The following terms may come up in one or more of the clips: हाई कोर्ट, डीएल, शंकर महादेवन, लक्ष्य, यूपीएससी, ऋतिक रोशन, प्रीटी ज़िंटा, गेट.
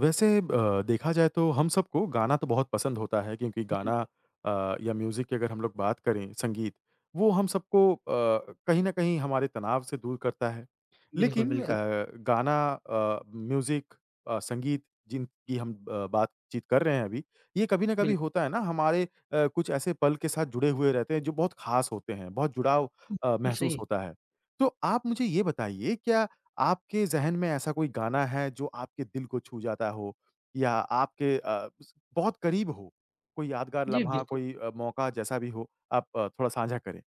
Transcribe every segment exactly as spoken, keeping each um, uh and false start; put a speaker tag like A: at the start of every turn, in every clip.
A: वैसे अ, देखा जाए तो हम सबको गाना तो बहुत पसंद होता है क्योंकि गाना
B: बिल्कुल,
A: अ, या म्यूज़िक की अगर हम लोग बात करें संगीत, वो हम सबको अ, कहीं न कहीं हमारे तनाव से दूर करता है।
B: बिल्कुल,
A: लेकिन
B: बिल्कुल,
A: अ, गाना अ, म्यूज़िक अ, संगीत जिनकी हम अ, बातचीत कर रहे हैं अभी, ये कभी न कभी
B: बिल्कुल
A: होता है ना हमारे अ, कुछ ऐसे पल के साथ जुड़े हुए रहते हैं जो बहुत ख़ास होते हैं, बहुत जुड़ाव अ, महसूस
B: सही।
A: होता है। तो आप मुझे ये बताइए क्या आपके ज़हन में ऐसा कोई गाना है जो आपके दिल को छू जाता हो या आपके अ, स बहुत करीब हो? कोई यादगार
B: जी,
A: लम्हा,
B: बिल्कुल।
A: कोई अ, मौका जैसा भी हो, आप अ, थोड़ा साझा करें?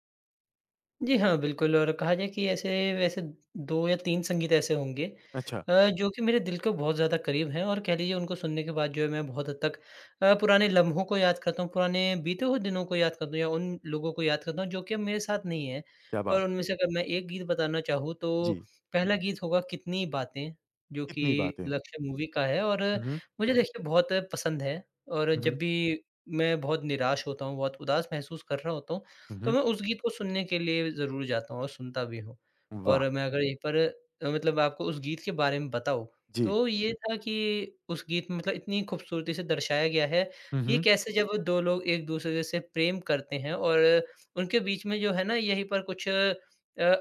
B: जी हाँ, बिल्कुल, और कहा जाए कि ऐसे वैसे दो या तीन संगीत ऐसे होंगे
A: अच्छा,
B: अ, जो कि मेरे दिल के बहुत ज़्यादा करीब हैं, और कह लीजिए उनको सुनने के बाद जो है मैं बहुत हद तक अ, पुराने लम्हों को याद करता हूँ, पुराने बीते हुए दिनों को याद करता हूँ, या उन लोगों को याद करता हूँ जो कि अब मेरे साथ नहीं है।
A: क्या बात!
B: और उनमें से अगर मैं एक गीत बताना चाहूँ तो
A: जी,
B: पहला गीत होगा कितनी बातें, जो
A: कितनी
B: कि
A: बातें!
B: लक्ष्य मूवी का है, और
A: हुँ,
B: मुझे देखिए बहुत पसंद है। और
A: हुँ,
B: जब
A: हुँ,
B: भी मैं बहुत निराश होता हूँ, बहुत उदास महसूस कर रहा होता हूँ, तो
A: हुँ,
B: मैं उस गीत को सुनने के लिए ज़रूर जाता हूँ और सुनता भी हूँ।
A: वाह!
B: और मैं अगर यहीं पर अ, मतलब आपको उस गीत के बारे में बताऊँ,
A: जी,
B: तो ये था कि उस गीत में मतलब इतनी खूबसूरती से दर्शाया गया है
A: हुँ,
B: कि
A: हुँ,
B: कैसे जब दो लोग एक-दूसरे से प्रेम करते हैं और उनके बीच में जो है ना यहीं पर कुछ अ,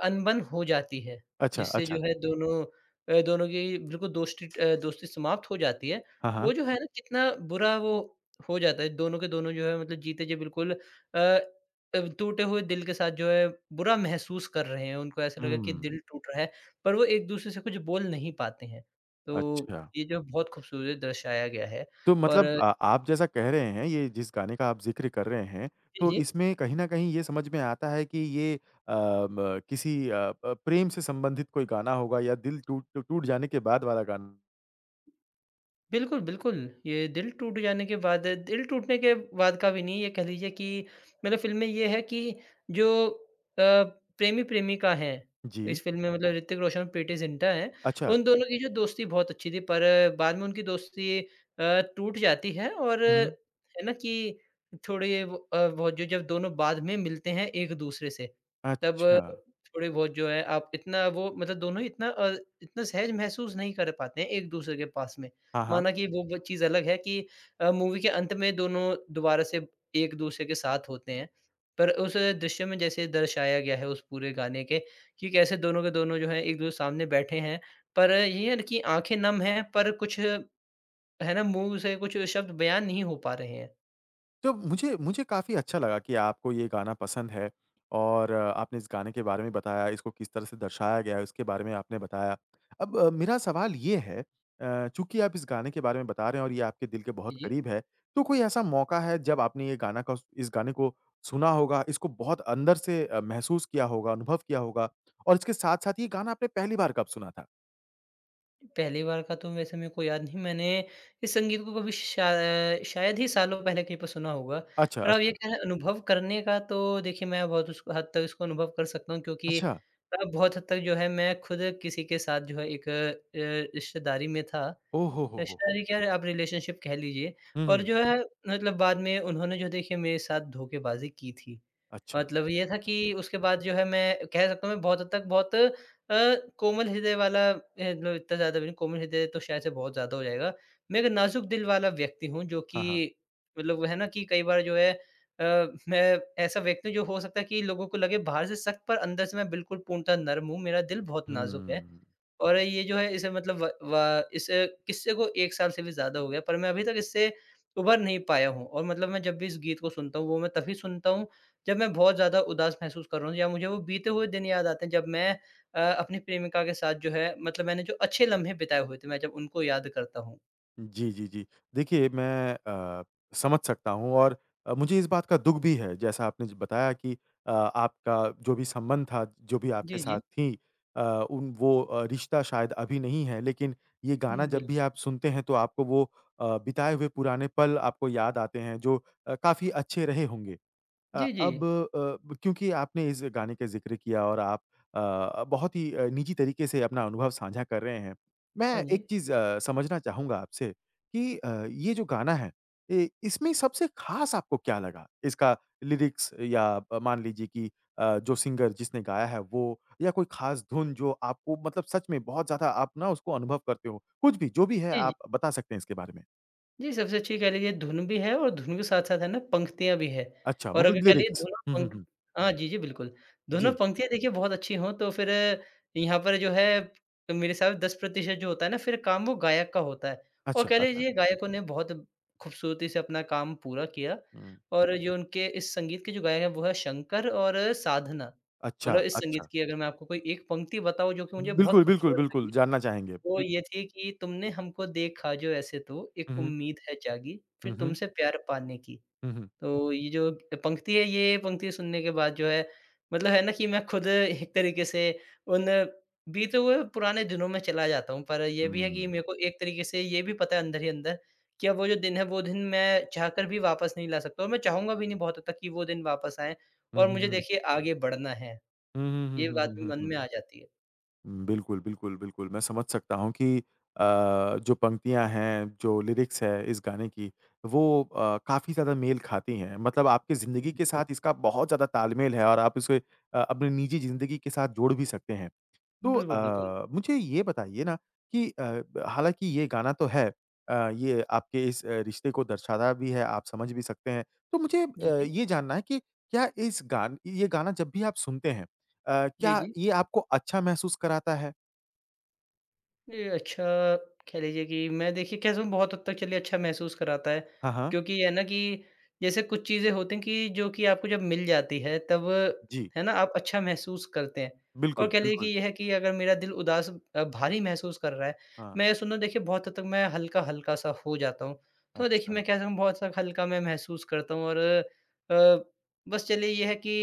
B: अनबन हो जाती है,
A: अच्छा,
B: जिससे
A: अच्छा,
B: जो है दोनों अ, दोनों की बिल्कुल दोस्ती अ, दोस्ती समाप्त हो जाती है।
A: हाँ, हाँ,
B: वो जो है ना कितना बुरा वो हो जाता है, दोनों के दोनों जो है मतलब जीते जी बिल्कुल अ अ, टूटे हुए दिल के साथ जो है बुरा महसूस कर रहे हैं, उनको ऐसा लगा कि
A: हुँ,
B: दिल टूट रहा है, पर वो एक-दूसरे से कुछ बोल नहीं पाते हैं। तो
A: अच्छा।
B: ये जो बहुत खूबसूरत दर्शाया गया है।
A: तो
B: और
A: मतलब अ, आप जैसा कह रहे हैं, ये जिस गाने का आप ज़िक्र कर रहे हैं,
B: जी,
A: तो
B: जी।
A: इसमें कहीं न कहीं ये समझ में आता है कि ये अ, म किसी अ अ, प्रेम से संबंधित कोई गाना होगा या दिल टूट टूट जाने के बाद वाला गाना।
B: बिल्कुल, बिल्कुल। ये दिल टूट जाने के बाद, दिल टूटने के बाद का भी नहीं, ये कह लीजिए कि मतलब फ़िल्म में ये है कि जो अ, प्रेमी-प्रेमिका हैं,
A: जी।
B: इस फ़िल्म में मतलब ऋतिक रोशन और प्रीटी ज़िंटा हैं,
A: अच्छा,
B: उन
A: अच्छा।
B: दोनों की जो दोस्ती बहुत अच्छी थी, पर बाद में उनकी दोस्ती अ, टूट जाती है, और
A: हुँ, हुँ।
B: है ना कि थोड़े वो अ, बहुत जो जब दोनों बाद में मिलते हैं एक-दूसरे से, तब
A: अच्छा।
B: थोड़े बहुत जो है आप इतना वो मतलब दोनों ही इतना अ, इतना सहज महसूस नहीं कर पाते हैं एक-दूसरे के पास में।
A: हाँ, हाँ।
B: माना कि वो ब चीज़ अलग है कि अ, मूवी के अंत में दोनों दोबारा से एक-दूसरे के साथ होते हैं। पर उस दृश्य में जैसे दर्शाया गया है उस पूरे गाने के, कि कैसे दोनों के दोनों जो हैं एक-दूसरे के सामने बैठे हैं। पर ये है ना कि आँखें नम हैं पर कुछ है ना मुँह से कुछ शब्द बयान नहीं हो पा रहे हैं।
A: तो मुझे मुझे काफ़ी अच्छा लगा कि आपको ये गाना पसंद है और अ, आपने इस गाने के बारे में बताया, इसको किस तरह से दर्शाया गया है, उसके बारे में आपने बताया। अब अ, मेरा सवाल ये है अ, चूँकि आप इस गाने के बारे में बता रहे हैं और ये आपके दिल के
B: जी,
A: बहुत
B: जी।
A: करीब है, तो कोई ऐसा मौका है जब आपने ये गाना का इस गाने को सुना होगा, इसको बहुत अंदर से अ, महसूस किया होगा, अनुभव किया होगा और इसके साथ-साथ ये गाना आपने पहली बार कब सुना था?
B: पहली बार का तो वैसे मेरे को याद नहीं, मैंने इस संगीत को कभी शाय शायद ही सालों पहले कहीं पर सुना होगा।
A: अच्छा,
B: पर आप ये
A: अच्छा।
B: कह रहे हैं अनुभव करने का, तो देखिए मैं बहुत उसको हद तक इसको अनुभव कर सकता हूँ क्योंकि
A: अच्छा।
B: अ, बहुत हद तक जो है मैं खुद किसी के साथ जो है एक अ, रिश्तेदारी में था।
A: ओह हो, हो, हो!
B: रिश्तेदारी क्या है, आप रिलेशनशिप कह लीजिए।
A: हुँ,
B: और
A: हुँ।
B: जो है मतलब बाद में उन्होंने जो देखिए मेरे साथ धोखेबाज़ी की थी।
A: अच्छा,
B: मतलब ये
A: अच्छा,
B: था कि
A: अच्छा।
B: उसके बाद जो है मैं कह सकता हूँ मैं बहुत हद तक बहुत अ, कोमल हृदय वाला, अ, मतलब इतना ज़्यादा भी नहीं, कोमल हृदय तो शायद से बहुत ज़्यादा हो जाएगा। मैं एक नाज़ुक दिल वाला व्यक्ति हूँ, जो
A: हाँ,
B: कि
A: हाँ।
B: मतलब वो है ना कि कई बार जो है अ, मैं ऐसा व्यक्ति हूँ जो हो सकता है कि लोगों को लगे बाहर से सख्त, पर अंदर से मैं बिल्कुल पूर्णतः नर्म हूँ, मेरा दिल बहुत नाज़ुक है।
A: हुँ।
B: और ये जो है इसे मतलब व व इस किस्से को एक साल से भी ज़्यादा हो गया, पर मैं अभी तक इससे उभर नहीं पाया हूँ। और मतलब मैं जब भी इस गीत को सुनता हूँ, वो मैं तभी सुनता हूँ जब मैं बहुत ज़्यादा उदास महसूस कर रहा हूँ, या मुझे वो बीते हुए दिन याद आते हैं जब मैं अ, अपनी प्रेमिका के साथ जो है मतलब मैंने जो अच्छे लम्हे बिताए हुए थे, मैं जब उनको याद करता हूँ।
A: जी, जी, जी। देखिए मैं अ, समझ सकता हूँ और अ, मुझे इस बात का दुःख भी है जैसा आपने ज बताया कि अ, आपका जो भी संबंध था, जो भी आपके
B: जी,
A: साथ
B: जी।
A: थी अ, उन वो अ, रिश्ता शायद अभी नहीं है लेकिन ये गाना
B: हुँ,
A: जब
B: बिल
A: भी आप सुनते हैं तो आपको वो अ, बिताए हुए पुराने पल आपको याद आते हैं जो अ, काफ़ी अच्छे रहे होंगे। अ,
B: जी, जी।
A: अब अ, क्योंकि आपने इस गाने का ज़िक्र किया और आप अ, बहुत ही अ, निजी तरीके से अपना अनुभव साझा कर रहे हैं। मैं
B: हाँ
A: एक
B: जी।
A: चीज़ अ, समझना चाहूँगा आपसे कि अ, ये जो गाना है, इ इसमें सबसे ख़ास आपको क्या लगा? इसका लिरिक्स या अ, मान लीजिए कि अ, जो सिंगर जिसने गाया है वो या कोई ख़ास धुन जो आपको मतलब सच में बहुत ज़्यादा आप ना उसको अनुभव करते हो। कुछ भी, जो भी है
B: जी, जी।
A: आप बता सकते हैं इसके बारे में।
B: जी, सबसे अच्छी कह लीजिए धुन भी है, और धुन के साथ-साथ है ना पंक्तियाँ भी हैं।
A: अच्छा,
B: और अगर
A: मतलब
B: कह लीजिए
A: लिरिक्स।
B: धुन और
A: हुँ, हुँ,
B: पंक
A: हुँ।
B: हाँ, जी, जी, बिल्कुल। धुन और
A: जी।
B: पंक्तियाँ देखिए बहुत अच्छी हों तो फिर यहाँ पर जो है मेरे हिसाब से दस प्रतिशत जो होता है ना, फिर काम वो गायक का होता है। और
A: अच्छा,
B: कह
A: अच्छा।
B: लीजिए गायकों ने बहुत खूबसूरती से अपना काम पूरा किया,
A: हुँ।
B: और जो उनके इस संगीत के जो गायक हैं वो है शंकर और साधना। मतलब
A: अच्छा,
B: इस संगीत
A: अच्छा।
B: की अगर मैं आपको कोई एक पंक्ति बताऊँ जो कि मुझे बहुत
A: बिल्कुल, बिल्कुल,
B: खूबसूरत
A: बिल्कुल,
B: लगी,
A: जानना चाहेंगे।
B: वो ये थी कि तुमने हमको देखा जो ऐसे तो,
A: हुँ,
B: एक
A: हुँ,
B: उम्मीद है जागी,
A: हुँ,
B: फिर
A: हुँ,
B: तुमसे प्यार पाने की।
A: हुँ, हुँ।
B: तो ये जो पंक्ति है, ये पंक्ति सुनने के बाद जो है मतलब है ना कि मैं खुद एक तरीके से उन बीते हुए पुराने दिनों में चला जाता हूँ। पर ये भी है कि
A: हुँ।
B: मेरे को एक तरीके से ये भी पता है अंदर ही अंदर कि अब वो जो दिन है, वो दिन मैं चाहकर भी वापस नहीं ला सकता, और मैं चाहूँगा भी नहीं बहुत हद तक कि वो दिन वापस आएँ,
A: हुँ,
B: और
A: हुँ,
B: मुझे
A: हुँ।
B: देखिए आगे बढ़ना है।
A: हुँ, हुँ,
B: ये
A: हुँ,
B: बात
A: हुँ,
B: भी
A: हुँ,
B: मन
A: हुँ।
B: में आ जाती है।
A: हुँ, बिल्कुल, बिल्कुल, बिल्कुल। मैं समझ सकता हूँ कि अ, जो पंक्तियाँ हैं, जो लिरिक्स है इस गाने की, वो अ, काफ़ी ज़्यादा मेल खाती हैं। मतलब आपकी ज़िंदगी के
B: बिल्कुल।
A: साथ इसका बहुत ज़्यादा तालमेल है और आप इसे अ, अपनी निजी ज़िंदगी के साथ जोड़ भी सकते हैं। तो
B: बिल्कुल, बिल्कुल।
A: अ, मुझे ये बताइए ना कि अ, हालाँकि ये गाना तो है अ, ये आपके इस अ, रिश्ते को दर्शाता भी है, आप समझ भी सकते हैं। तो मुझे
B: जी,
A: अ,
B: जी।
A: ये जानना है कि क्या इस गान ये गाना जब भी आप सुनते हैं अ,
B: जी,
A: क्या
B: जी।
A: ये आपको अच्छा महसूस कराता है?
B: ये अच्छा कह लीजिए कि मैं देखिए कैसे बहुत हद तक चलिए अच्छा महसूस कराता है।
A: हाँ, हाँ।
B: क्योंकि ये है ना कि जैसे कुछ चीज़ें होती हैं कि जो कि आपको जब मिल जाती है तब
A: जी,
B: है ना आप अच्छा महसूस करते हैं। और
A: बिल्कुल,
B: कह लीजिए कि
A: बिल्कुल।
B: ये है कि अगर मेरा दिल उदास अ, भारी महसूस कर रहा है,
A: हाँ,
B: मैं ये सुनो देखिए बहुत हद तक मैं हल्का-हल्का सा हो जाता हूँ। तो देखिए
A: अच्छा।
B: मैं कह सकता हूँ बहुत सा हल्का मैं महसूस करता हूँ, और अ, बस चलिए ये है कि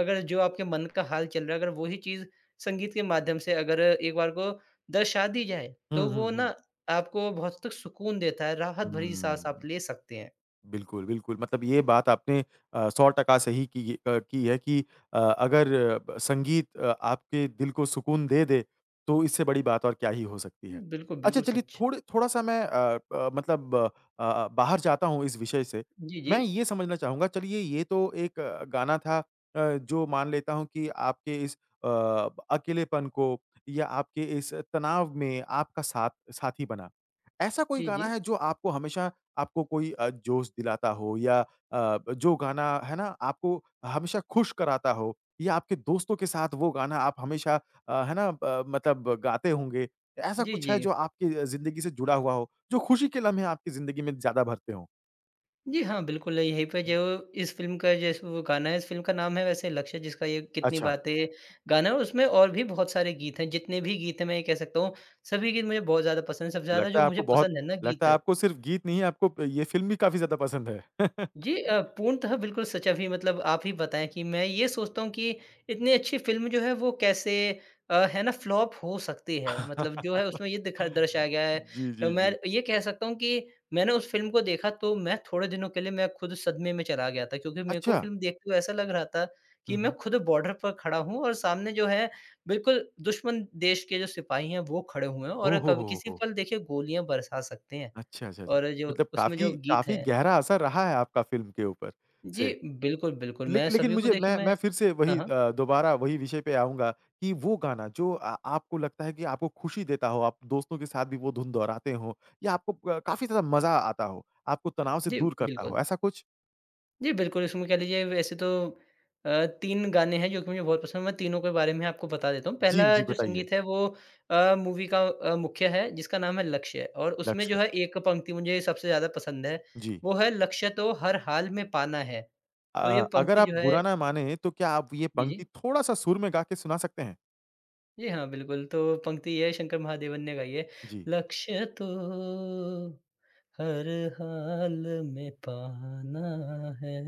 B: अगर जो आपके मन का हाल चल रहा है, अगर वही चीज़ संगीत के माध्यम से अगर एक बार को दर्शा दी जाए,
A: हुँ,
B: तो
A: हुँ,
B: वो
A: हुँ।
B: ना आपको बहुत तक सुकून देता है, राहत भरी साँस आप
A: हुँ।
B: ले सकते हैं।
A: बिल्कुल, बिल्कुल। मतलब ये बात आपने अ, सौ प्रतिशत सही की अ, की है कि अ, अगर ब संगीत अ, आपके दिल को सुकून दे दे, तो इससे बड़ी बात और क्या ही हो सकती है।
B: बिल्कुल,
A: अच्छा
B: बिल्कुल
A: चलिए
B: सच।
A: थोड़े थोड़ा-सा मैं अ, प मतलब अ अ, बाहर जाता हूँ इस विषय से।
B: जी, जी।
A: मैं ये समझना चाहूँगा चलिए ये तो एक अ, गाना था अ, जो मान लेता हूँ कि आपके इस अ, अकेलेपन को या आपके इस तनाव में आपका साथ साथी बना। ऐसा कोई
B: जी,
A: गाना
B: जी।
A: है जो आपको हमेशा आपको कोई अ, जोश दिलाता हो या अ, जो गाना है ना आपको हमेशा खुश कराता हो या आपके दोस्तों के साथ वो गाना आप हमेशा अ, है ना ब मतलब गाते होंगे। ऐसा
B: जी,
A: कुछ
B: जी।
A: है जो आपकी ज़िंदगी से जुड़ा हुआ हो, जो खुशी के लम्हे आपकी ज़िंदगी में ज़्यादा भरते हों?
B: जी हाँ, बिल्कुल, यहीं पे जो इस फ़िल्म का जैसे वो गाना है, इस फ़िल्म का नाम है वैसे लक्ष्य, जिसका ये कितनी
A: अच्छा,
B: बातें गाना है, उसमें और भी बहुत सारे गीत हैं, जितने भी गीत हैं मैं ये कह सकता हूँ, सभी गीत मुझे बहुत ज़्यादा पसंद हैं। सबसे ज़्यादा
A: लगता
B: जो
A: है आपको
B: मुझे
A: बहुत
B: पसंद है ना
A: लगता है
B: गीत।
A: आपको सिर्फ़ गीत नहीं आपको ये फ़िल्म भी काफ़ी ज़्यादा पसंद है।
B: जी अ, पूर्णतः बिल्कुल सच, अभी मतलब आप ही बताएँ कि मैं ये सोचता हूँ कि इतनी अच्छी फ़िल्म जो है वो कैसे अ, है ना फ्लॉप हो सकती है। मतलब जो है उसमें ये दिखा दर्शाया गया है।
A: जी, जी,
B: अ,
A: जी।
B: मैं ये कह सकता हूँ कि मैंने उस फ़िल्म को देखा तो मैं थोड़े दिनों के लिए मैं खुद सदमे में चला गया था, क्योंकि मेरे को
A: अच्छा।
B: फ़िल्म देखते हुए ऐसा लग रहा था
A: हुँ,
B: कि मैं
A: हुँ।
B: खुद बॉर्डर पर खड़ा हूँ, और सामने जो है बिल्कुल दुश्मन देश के जो सिपाही हैं वो खड़े हुए हैं और
A: ओह हो,
B: कभी
A: हो,
B: किसी
A: हो!
B: पल देखिए गोलियाँ बरसा सकते हैं।
A: अच्छा, अच्छा, अच्छा।
B: और जो
A: मतलब
B: उसमें
A: काफ़ी
B: जो गीत
A: काफ़ी
B: है।
A: गहरा असर रहा है आपका फ़िल्म के ऊपर से।
B: जी, बिल्कुल, बिल्कुल।
A: लेक
B: मैं
A: लेकिन
B: सभी को
A: मुझे
B: देखिए
A: मैं
B: मैं
A: मैं फिर से
B: हाँ,
A: वही
B: हाँ।
A: अ, दोबारा वही विषय पे आऊँगा कि वो गाना जो अ, आपको लगता है कि आपको खुशी देता हो, आप दोस्तों के साथ भी वो धुन दोहराते हो या आपको प काफ़ी ज़्यादा मज़ा आता हो, आपको तनाव से
B: जी,
A: दूर करता
B: बिल्कुल।
A: हो, ऐसा कुछ?
B: जी, बिल्कुल, इसमें कह लीजिए वैसे तो अ, तीन गाने हैं जो कि मुझे बहुत पसंद हैं, मैं तीनों के बारे में आपको बता देता हूँ।
A: जी,
B: पहला
A: जी,
B: जो
A: बताइए।
B: संगीत है वो अ, मूवी का अ, मुख्य है, जिसका नाम है लक्ष्य, और उसमें
A: लक्ष्य।
B: जो है एक पंक्ति मुझे सबसे ज़्यादा पसंद है,
A: जी।
B: वो है लक्ष्य तो हर हाल में पाना है। तो ये
A: अ, अगर
B: पंक्ति
A: आप
B: जो है,
A: बुरा ना माने तो क्या आप ये
B: जी,
A: पंक्ति
B: जी।
A: थोड़ा-सा सुर में गा के सुना सकते हैं?
B: जी हाँ, बिल्कुल, तो पंक्ति ये शंकर महादेवन ने गाई है,
A: जी।
B: लक्ष्य तो हर हाल में पाना है।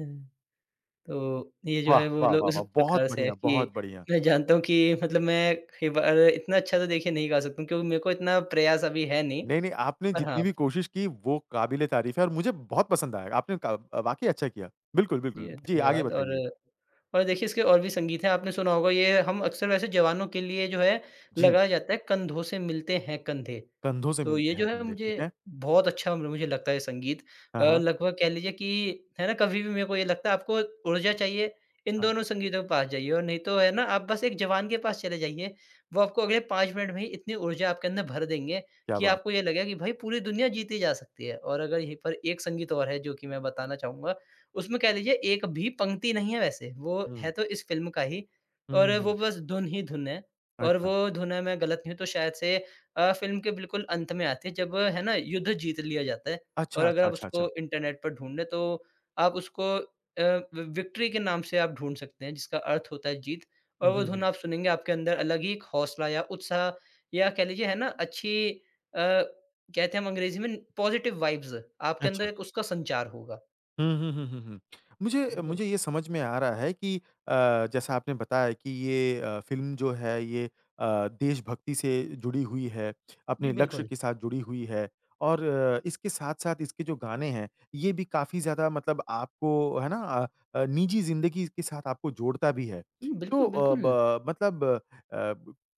B: तो ये जो
A: वाह!
B: है वो
A: वाह,
B: लो
A: वाह,
B: उस
A: वाह! बहुत
B: प्रकार से है
A: बढ़िया,
B: कि
A: बहुत बढ़िया।
B: मैं जानता हूँ कि मतलब मैं कई बार इतना अच्छा तो देखिए नहीं गा सकता हूँ क्योंकि मेरे को इतना प्रयास अभी है नहीं।
A: नहीं, नहीं, आपने
B: पर
A: जितनी
B: हाँ,
A: भी कोशिश की वो काबिल-ए-तारीफ़ है और मुझे बहुत पसंद आया। आपने का वाक़ई अच्छा किया। बिल्कुल, बिल्कुल।
B: जी
A: जी, आगे
B: धन्यवाद। और
A: बताइए।
B: और देखिए इसके और भी संगीत हैं, आपने सुना होगा, ये हम अक्सर वैसे जवानों के लिए जो है
A: जी,
B: लगाया जाता है, कंधों से मिलते हैं कंधे।
A: कंधों से
B: तो ये
A: मिलते हैं
B: जो है
A: कंधे, ठीक
B: मुझे
A: है?
B: बहुत अच्छा म मुझे लगता है संगीत अ,
A: हाँ, हाँ,
B: लगभग कह लीजिए कि है ना कभी भी मेरे को ये लगता है आपको ऊर्जा चाहिए, इन
A: हाँ।
B: दोनों संगीतों के पास जाइए, और नहीं तो है ना आप बस एक जवान के पास चले जाइए, वो आपको अगले पाँच मिनट में ही इतनी ऊर्जा आपके अंदर भर देंगे
A: क्या
B: कि
A: बात!
B: आपको ये लगेगा कि भाई पूरी दुनिया जीती जा सकती है। और अगर यहीं पर एक संगीत और है जो कि मैं बताना चाहूँगा, उसमें कह लीजिए एक भी पंक्ति नहीं है वैसे, वो
A: हुँ।
B: है तो इस फ़िल्म का ही,
A: हुँ,
B: और वो
A: हुँ।
B: बस धुन ही धुन है, और
A: अच्छा।
B: वो धुन है, मैं गलत नहीं हूँ तो शायद से अ, फ़िल्म के बिल्कुल अंत में आती है जब है ना युद्ध जीत लिया जाता है।
A: अच्छा,
B: और अगर
A: अच्छा,
B: आप
A: अच्छा, अच्छा।
B: उसको इंटरनेट पर ढूँढें तो आप उसको अ, वि विक्ट्री के नाम से आप ढूँढ सकते हैं जिसका अर्थ होता है जीत।
A: हुँ,
B: और वो
A: हुँ,
B: धुन
A: हुँ।
B: आप सुनेंगे आपके अंदर अलग ही एक हौसला या उत्साह या कह लीजिए है ना अच्छी, अ, कहते हैं हम अंग्रेज़ी में पॉज़िटिव वाइब्स आपके अंदर
A: अच्छा।
B: एक उसका संचार होगा।
A: हुँ, हुँ, हुँ, हुँ, हुँ। मुझे
B: बिल्कुल।
A: मुझे ये समझ में आ रहा है कि अ, जैसा आपने बताया कि ये अ, फ़िल्म जो है ये अ, देशभक्ति से जुड़ी हुई है,
B: जी,
A: अपने लक्ष्य
B: बिल्कुल।
A: के साथ जुड़ी हुई है और अ, इसके साथ-साथ इसके जो गाने हैं, ये भी काफ़ी ज़्यादा मतलब आपको है ना अ अ, निजी ज़िंदगी के साथ आपको जोड़ता भी है।
B: हुँ,
A: तो
B: बिल्कुल,
A: अ,
B: बिल्कुल।
A: ब मतलब अ,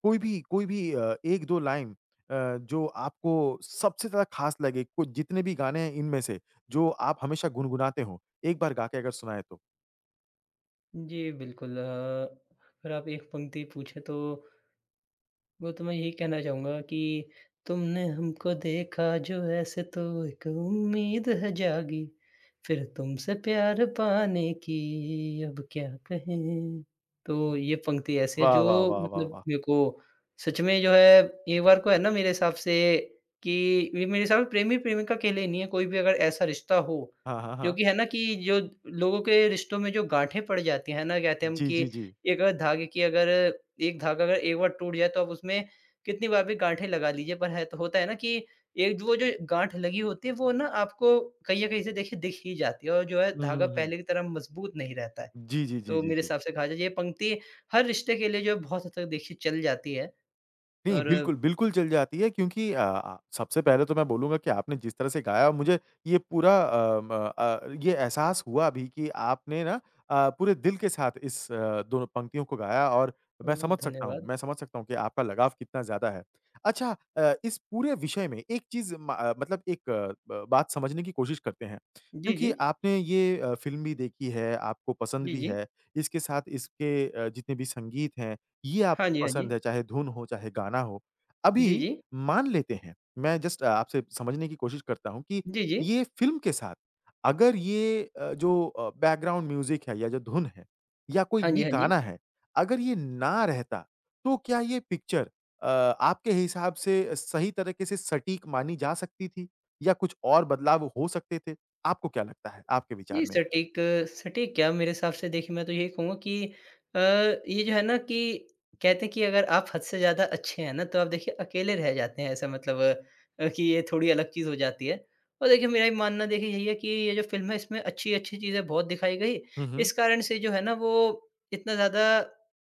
A: कोई भी कोई भी अ, एक-दो लाइन अ, जो आपको सबसे ज़्यादा ख़ास लगे, को जितने भी गाने हैं इनमें से, जो आप हमेशा गुनगुनाते हो? एक बार गा के अगर सुनाएँ तो?
B: जी, बिल्कुल, अ, अगर आप एक पंक्ति पूछें तो वो तो मैं यही कहना चाहूँगा कि तुमने हमको देखा जो ऐसे तो एक उम्मीद है जागी, फिर तुमसे प्यार पाने की अब क्या कहें? तो ये पंक्ति ऐसी है
A: वाह, वाह,
B: जो
A: वाह, वाह,
B: मतलब
A: वाह!
B: मेरे को सच में जो है एक बार को है ना मेरे हिसाब से कि ये मेरे हिसाब से प्रेमी-प्रेमिका के लिए नहीं है, कोई भी अगर ऐसा रिश्ता हो,
A: हाँ, हाँ,
B: जो
A: हाँ।
B: कि है ना कि जो लोगों के रिश्तों में जो गाँठें पड़ जाती हैं ना, कहते हैं हम
A: जी,
B: कि
A: जी, जी।
B: एक अगर धागे की अगर एक धागा अगर एक बार टूट जाए तो आप उसमें कितनी बार भी गांठें लगा लीजिए पर है तो होता है ना कि एक जो वो जो गांठ लगी होती है वो ना आपको कहीं न कहीं से देखिए दिख ही जाती है और जो है
A: हुँ,
B: धागा
A: हुँ, हुँ।
B: पहले की तरह मजबूत नहीं रहता है।
A: जी, जी, जी,
B: तो
A: जी,
B: मेरे
A: जी।
B: हिसाब से कहा जाए ये पंक्ति हर रिश्ते के लिए जो है बहुत हद तक देखिए चल जाती है
A: नहीं,
B: और
A: बिल्कुल, बिल्कुल चल जाती है क्योंकि अ अ, सबसे पहले तो मैं बोलूँगा कि आपने जिस तरह से गाया मुझे ये पूरा अ, म अ, ये एहसास हुआ अभी कि आपने ना अ, पूरे दिल के साथ इस अ, दोनों पंक्तियों को गाया और मैं
B: बहुत
A: समझ सकता हूँ
B: धन्यवाद।
A: मैं समझ सकता हूँ कि आपका लगाव कितना ज़्यादा है। अच्छा अ, इस पूरे विषय में एक चीज़ म अ, मतलब एक अ, ब बात समझने की कोशिश करते हैं,
B: जी,
A: क्योंकि
B: जी।
A: आपने ये अ, फ़िल्म भी देखी है, आपको पसंद
B: जी,
A: भी
B: जी।
A: है, इसके साथ इसके अ, जितने भी संगीत हैं ये
B: हाँ
A: आपको
B: जी, हाँ जी।
A: पसंद है, चाहे धुन हो, चाहे गाना हो।
B: जी,
A: अभी
B: जी।
A: मान लेते हैं, मैं जस्ट आपसे समझने की कोशिश करता हूँ कि
B: जी, जी।
A: ये फ़िल्म के साथ अगर ये अ, जो अ, बैकग्राउंड म्यूज़िक है या जो धुन है या कोई
B: हाँ जी,
A: भी
B: हाँ जी।
A: गाना है, अगर ये ना रहता, तो क्या ये पिक्चर अ, आपके हिसाब से सही तरीके से सटीक मानी जा सकती थी? या कुछ और बदलाव हो सकते थे? आपको क्या लगता है, आपके विचार
B: जी,
A: में?
B: सटीक सटीक क्या मेरे हिसाब से देखिए मैं तो यही कहूँगा कि अ, ये जो है ना कि कहते हैं कि अगर आप हद से ज़्यादा अच्छे हैं ना तो आप देखिए अकेले रह जाते हैं ऐसा मतलब, अ, कि ये थोड़ी अलग चीज़ हो जाती है। और देखिए मेरा ये मानना देखिए यही है कि ये जो फ़िल्म है इसमें अच्छी-अच्छी चीज़ें बहुत दिखाई गई।
A: हुँ, हुँ।
B: इस कारण से जो है ना वो इतना ज़्यादा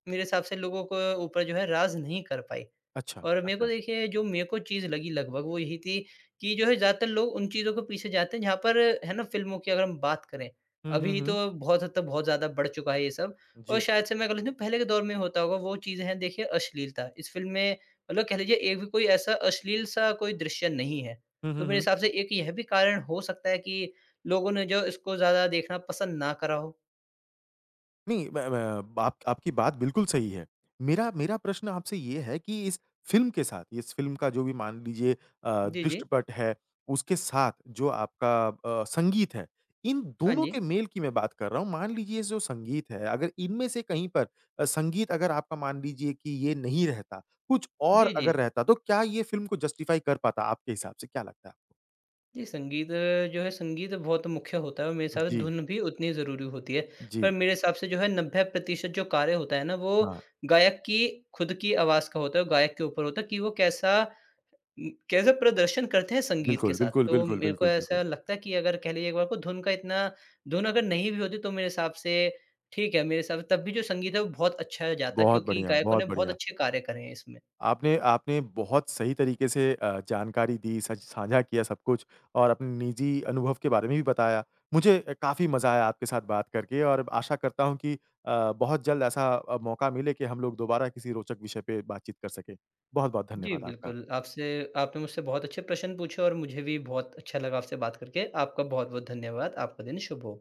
B: मेरे हिसाब से लोगों को ऊपर जो है राज़ नहीं कर पाई।
A: अच्छा,
B: और मेरे को
A: अच्छा।
B: देखिए जो मेरे को चीज़ लगी लगभग वो यही थी कि जो है ज़्यादातर लोग उन चीज़ों के पीछे जाते हैं जहाँ पर है ना फ़िल्मों की अगर हम बात करें,
A: हुँ, हुँ,
B: अभी तो
A: हुँ।
B: बहुत हद तक बहुत ज़्यादा बढ़ चुका है ये सब। और
A: जी।
B: शायद से मैं कह लेता हूँ पहले के दौर में होता होगा वो चीज़ें हैं देखिए अश्लीलता। इस फ़िल्म में मतलब कह लीजिए एक भी कोई ऐसा अश्लील सा कोई दृश्य नहीं है।
A: हुँ,
B: तो
A: हुँ,
B: मेरे
A: हुँ।
B: हिसाब से एक यह भी कारण हो सकता है कि लोगों ने जो इसको ज़्यादा देखना पसंद ना करा हो।
A: नहीं, मैं मैं आप आपकी बात बिल्कुल सही है। मेरा मेरा प्रश्न आपसे ये है कि इस फ़िल्म के साथ, इस फ़िल्म का जो भी मान लीजिए अ,
B: जी, जी।
A: दृष्टपट है, उसके साथ जो आपका अ, संगीत है, इन
B: हाँ
A: दोनों
B: जी।
A: के मेल की मैं बात कर रहा हूँ। मान लीजिए जो संगीत है, अगर इनमें से कहीं पर अ, संगीत अगर आपका मान लीजिए कि ये नहीं रहता, कुछ और
B: जी, जी।
A: अगर रहता, तो क्या ये फ़िल्म को जस्टिफ़ाई कर पाता आपके हिसाब से? क्या लगता है आपको?
B: जी, संगीत, अ, जो है संगीत बहुत मुख्य होता है और मेरे हिसाब से
A: जी,
B: धुन भी उतनी ज़रूरी होती है। पर
A: जी।
B: मेरे हिसाब से जो है नब्बे प्रतिशत जो कार्य होता है ना वो
A: हाँ,
B: गायक की खुद की आवाज़ का होता है और गायक के ऊपर होता है कि वो कैसा उम, कैसा प्रदर्शन करते हैं संगीत के
A: बिल्कुल,
B: साथ।
A: बिल्कुल,
B: तो
A: बिल्कुल,
B: मेरे को
A: बिल्कुल, बिल्कुल।
B: ऐसा लगता है कि अगर कह लीजिए एक बार को धुन का इतना धुन अगर नहीं भी होती तो मेरे हिसाब से ठीक है, मेरे हिसाब से तब भी जो संगीत है वो बहुत अच्छा जाता
A: बहुत
B: क्योंकि
A: बढ़िया,
B: गायकों ने
A: बहुत
B: बहुत
A: बढ़िया।
B: अच्छे कार्य करे हैं इसमें।
A: आपने आपने बहुत सही तरीके से अ, जानकारी दी, सच साझा किया सब कुछ और अपने निजी अनुभव के बारे में भी बताया। मुझे अ, काफ़ी मज़ा आया आपके साथ बात करके और आशा करता हूँ कि अ, बहुत जल्द ऐसा अ, मौका मिले कि हम लोग दोबारा किसी रोचक विषय पे बातचीत कर सकें। बहुत-बहुत
B: जी,
A: धन्यवाद आपका।
B: बिल्कुल, आपसे आपने मुझसे बहुत अच्छे प्रश्न पूछे और मुझे भी बहुत अच्छा लगा आपसे बात करके। आपका बहुत-बहुत धन्यवाद। आपका दिन शुभ हो।